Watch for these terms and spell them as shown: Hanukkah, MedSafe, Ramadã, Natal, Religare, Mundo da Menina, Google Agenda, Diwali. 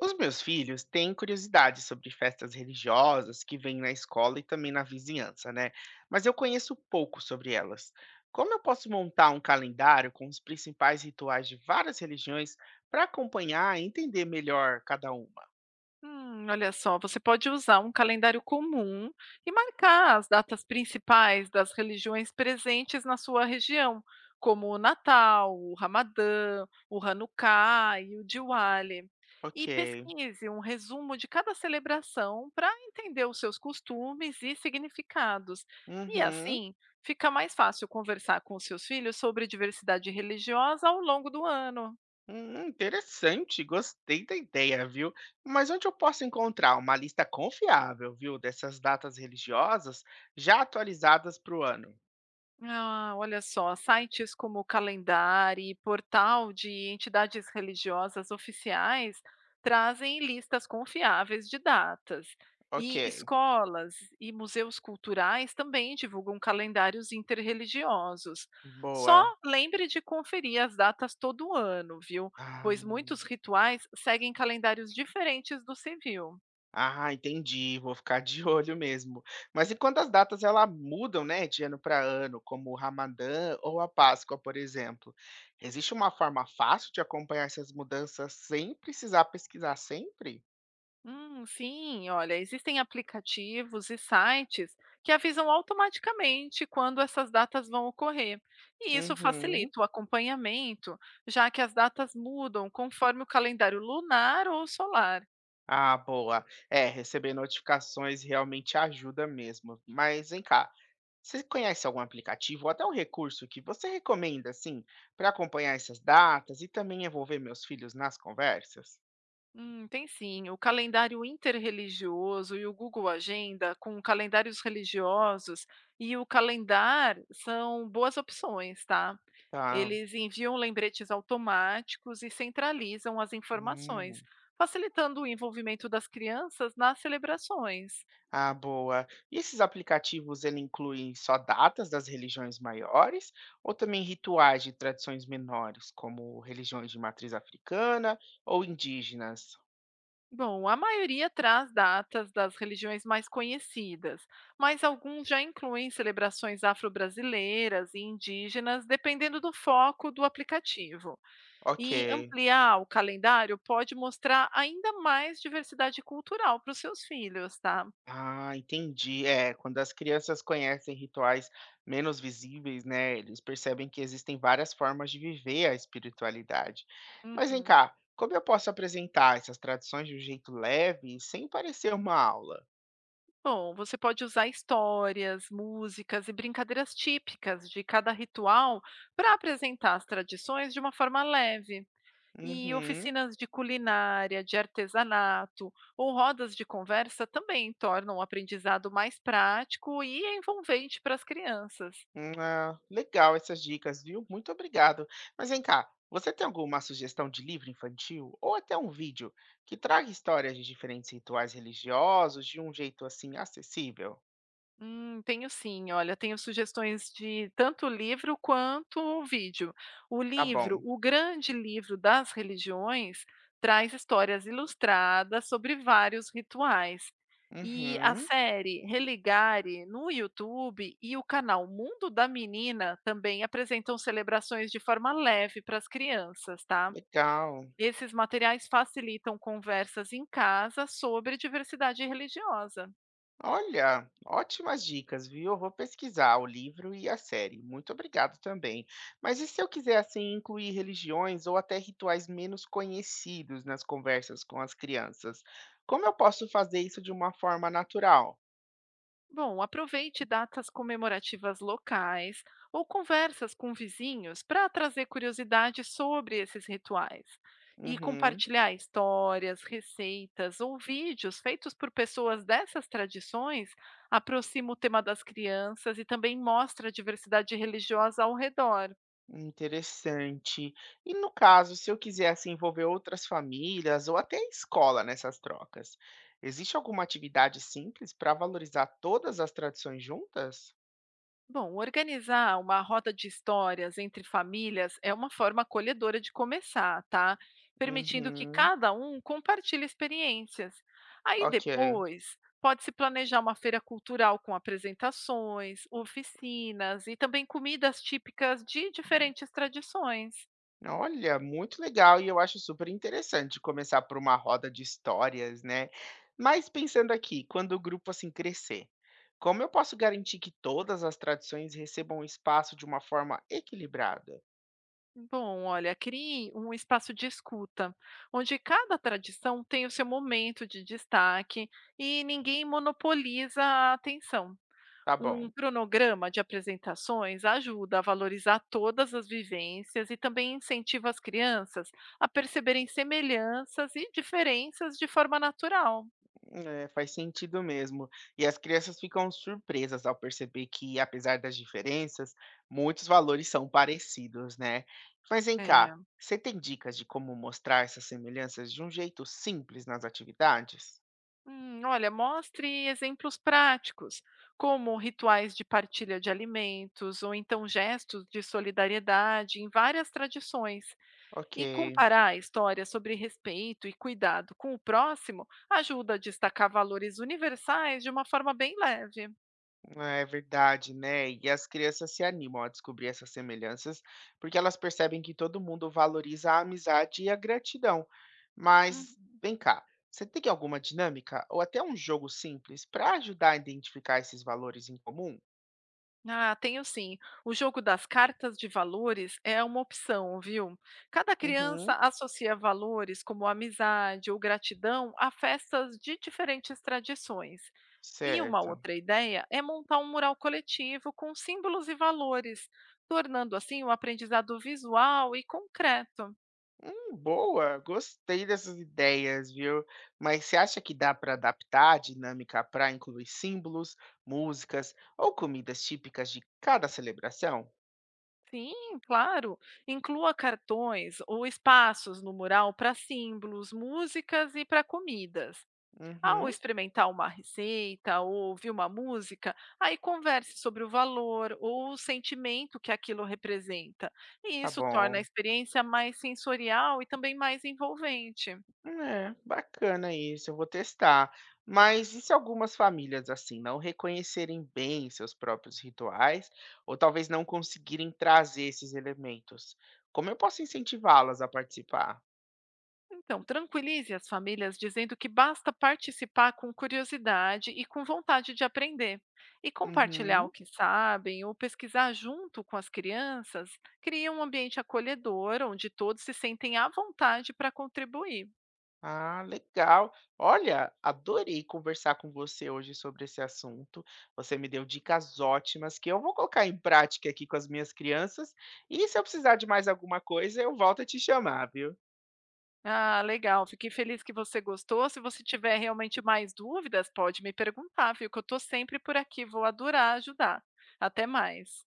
Os meus filhos têm curiosidade sobre festas religiosas que vêm na escola e também na vizinhança, né? Mas eu conheço pouco sobre elas. Como eu posso montar um calendário com os principais rituais de várias religiões para acompanhar e entender melhor cada uma? Olha só, você pode usar um calendário comum e marcar as datas principais das religiões presentes na sua região, como o Natal, o Ramadã, o Hanukkah e o Diwali. E Ok. pesquise um resumo de cada celebração para entender os seus costumes e significados. E Uhum. assim, fica mais fácil conversar com os seus filhos sobre diversidade religiosa ao longo do ano. Interessante, gostei da ideia, viu? Mas onde eu posso encontrar uma lista confiável, viu, dessas datas religiosas já atualizadas para o ano? Ah, olha só, sites como Calendar e portal de entidades religiosas oficiais trazem listas confiáveis de datas. Ok, E escolas e museus culturais também divulgam calendários interreligiosos. Só boa. lembre de conferir as datas todo ano, viu? Ah, Pois muitos rituais seguem calendários diferentes do civil. ah, entendi, vou ficar de olho mesmo. Mas e quando as datas ela mudam, né, de ano para ano, como o Ramadã ou a Páscoa, por exemplo, existe uma forma fácil de acompanhar essas mudanças sem precisar pesquisar sempre? Sim, olha, existem aplicativos e sites que avisam automaticamente quando essas datas vão ocorrer, e isso Uhum. facilita o acompanhamento, já que as datas mudam conforme o calendário lunar ou solar. Ah, boa. É, receber notificações realmente ajuda mesmo. Mas vem cá, você conhece algum aplicativo ou até um recurso que você recomenda, assim, para acompanhar essas datas e também envolver meus filhos nas conversas? Tem sim, o calendário interreligioso e o Google Agenda, com calendários religiosos e o calendar, são boas opções, tá? Tá. Eles enviam lembretes automáticos e centralizam as informações, Hum. facilitando o envolvimento das crianças nas celebrações. Ah, boa. E esses aplicativos, ele incluem só datas das religiões maiores ou também rituais de tradições menores, como religiões de matriz africana ou indígenas? Bom, a maioria traz datas das religiões mais conhecidas, mas alguns já incluem celebrações afro-brasileiras e indígenas, dependendo do foco do aplicativo. Ok. E ampliar o calendário pode mostrar ainda mais diversidade cultural para os seus filhos, tá? Ah, entendi. É, quando as crianças conhecem rituais menos visíveis, né, eles percebem que existem várias formas de viver a espiritualidade. Mas vem Uhum. cá, como eu posso apresentar essas tradições de um jeito leve, sem parecer uma aula? Bom, você pode usar histórias, músicas e brincadeiras típicas de cada ritual para apresentar as tradições de uma forma leve. E Uhum. oficinas de culinária, de artesanato ou rodas de conversa também tornam o aprendizado mais prático e envolvente para as crianças. Ah, legal essas dicas, viu? Muito obrigado. Mas vem cá, você tem alguma sugestão de livro infantil ou até um vídeo que traga histórias de diferentes rituais religiosos de um jeito assim acessível? Tenho sim, olha, tenho sugestões de tanto livro quanto vídeo. O Tá livro, bom. o grande livro das religiões, traz histórias ilustradas sobre vários rituais. E a Uhum, série Religare no YouTube e o canal Mundo da Menina também apresentam celebrações de forma leve para as crianças, tá? legal. Esses materiais facilitam conversas em casa sobre diversidade religiosa. Olha, ótimas dicas, viu? Eu vou pesquisar o livro e a série. Muito obrigado também. Mas e se eu quiser assim incluir religiões ou até rituais menos conhecidos nas conversas com as crianças? Como eu posso fazer isso de uma forma natural? Bom, aproveite datas comemorativas locais ou conversas com vizinhos para trazer curiosidade sobre esses rituais e Uhum, compartilhar histórias, receitas ou vídeos feitos por pessoas dessas tradições aproxima o tema das crianças e também mostra a diversidade religiosa ao redor. interessante. E no caso, se eu quisesse envolver outras famílias ou até a escola nessas trocas, existe alguma atividade simples para valorizar todas as tradições juntas? Bom, organizar uma roda de histórias entre famílias é uma forma acolhedora de começar, tá? Permitindo que Uhum, cada um compartilhe experiências. Aí ok. depois, pode-se planejar uma feira cultural com apresentações, oficinas e também comidas típicas de diferentes tradições. Olha, muito legal e eu acho super interessante começar por uma roda de histórias, né? Mas pensando aqui, quando o grupo assim crescer, como eu posso garantir que todas as tradições recebam espaço de uma forma equilibrada? Bom, olha, crie um espaço de escuta, onde cada tradição tem o seu momento de destaque e ninguém monopoliza a atenção. Tá Um bom, cronograma de apresentações ajuda a valorizar todas as vivências e também incentiva as crianças a perceberem semelhanças e diferenças de forma natural. é, faz sentido mesmo. E as crianças ficam surpresas ao perceber que, apesar das diferenças, muitos valores são parecidos, né? Mas vem É. cá, você tem dicas de como mostrar essas semelhanças de um jeito simples nas atividades? Olha, mostre exemplos práticos, como rituais de partilha de alimentos ou então gestos de solidariedade em várias tradições. Ok. E comparar histórias sobre respeito e cuidado com o próximo ajuda a destacar valores universais de uma forma bem leve. Ah, é verdade, né? E as crianças se animam a descobrir essas semelhanças, porque elas percebem que todo mundo valoriza a amizade e a gratidão. Mas Uhum. vem cá, você tem alguma dinâmica ou até um jogo simples para ajudar a identificar esses valores em comum? Ah, tenho sim. O jogo das cartas de valores é uma opção, viu? Cada criança Uhum, associa valores como amizade ou gratidão a festas de diferentes tradições. E uma certo. outra ideia é montar um mural coletivo com símbolos e valores, tornando assim o aprendizado visual e concreto. Boa, gostei dessas ideias, viu? Mas você acha que dá para adaptar a dinâmica para incluir símbolos, músicas ou comidas típicas de cada celebração? Sim, claro. Inclua cartões ou espaços no mural para símbolos, músicas e para comidas. Ao Uhum. experimentar uma receita ou ouvir uma música, aí converse sobre o valor ou o sentimento que aquilo representa. E Tá isso torna a bom. experiência mais sensorial e também mais envolvente. É, bacana isso, eu vou testar. Mas e se algumas famílias, assim, não reconhecerem bem seus próprios rituais, ou talvez não conseguirem trazer esses elementos? Como eu posso incentivá-las a participar? Então, tranquilize as famílias dizendo que basta participar com curiosidade e com vontade de aprender. E compartilhar o Uhum. que sabem ou pesquisar junto com as crianças cria um ambiente acolhedor onde todos se sentem à vontade para contribuir. Ah, legal. Olha, adorei conversar com você hoje sobre esse assunto. Você me deu dicas ótimas que eu vou colocar em prática aqui com as minhas crianças. E se eu precisar de mais alguma coisa, eu volto a te chamar, viu? Ah, legal. Fiquei feliz que você gostou. Se você tiver realmente mais dúvidas, pode me perguntar, viu? Que eu estou sempre por aqui. Vou adorar ajudar. Até mais.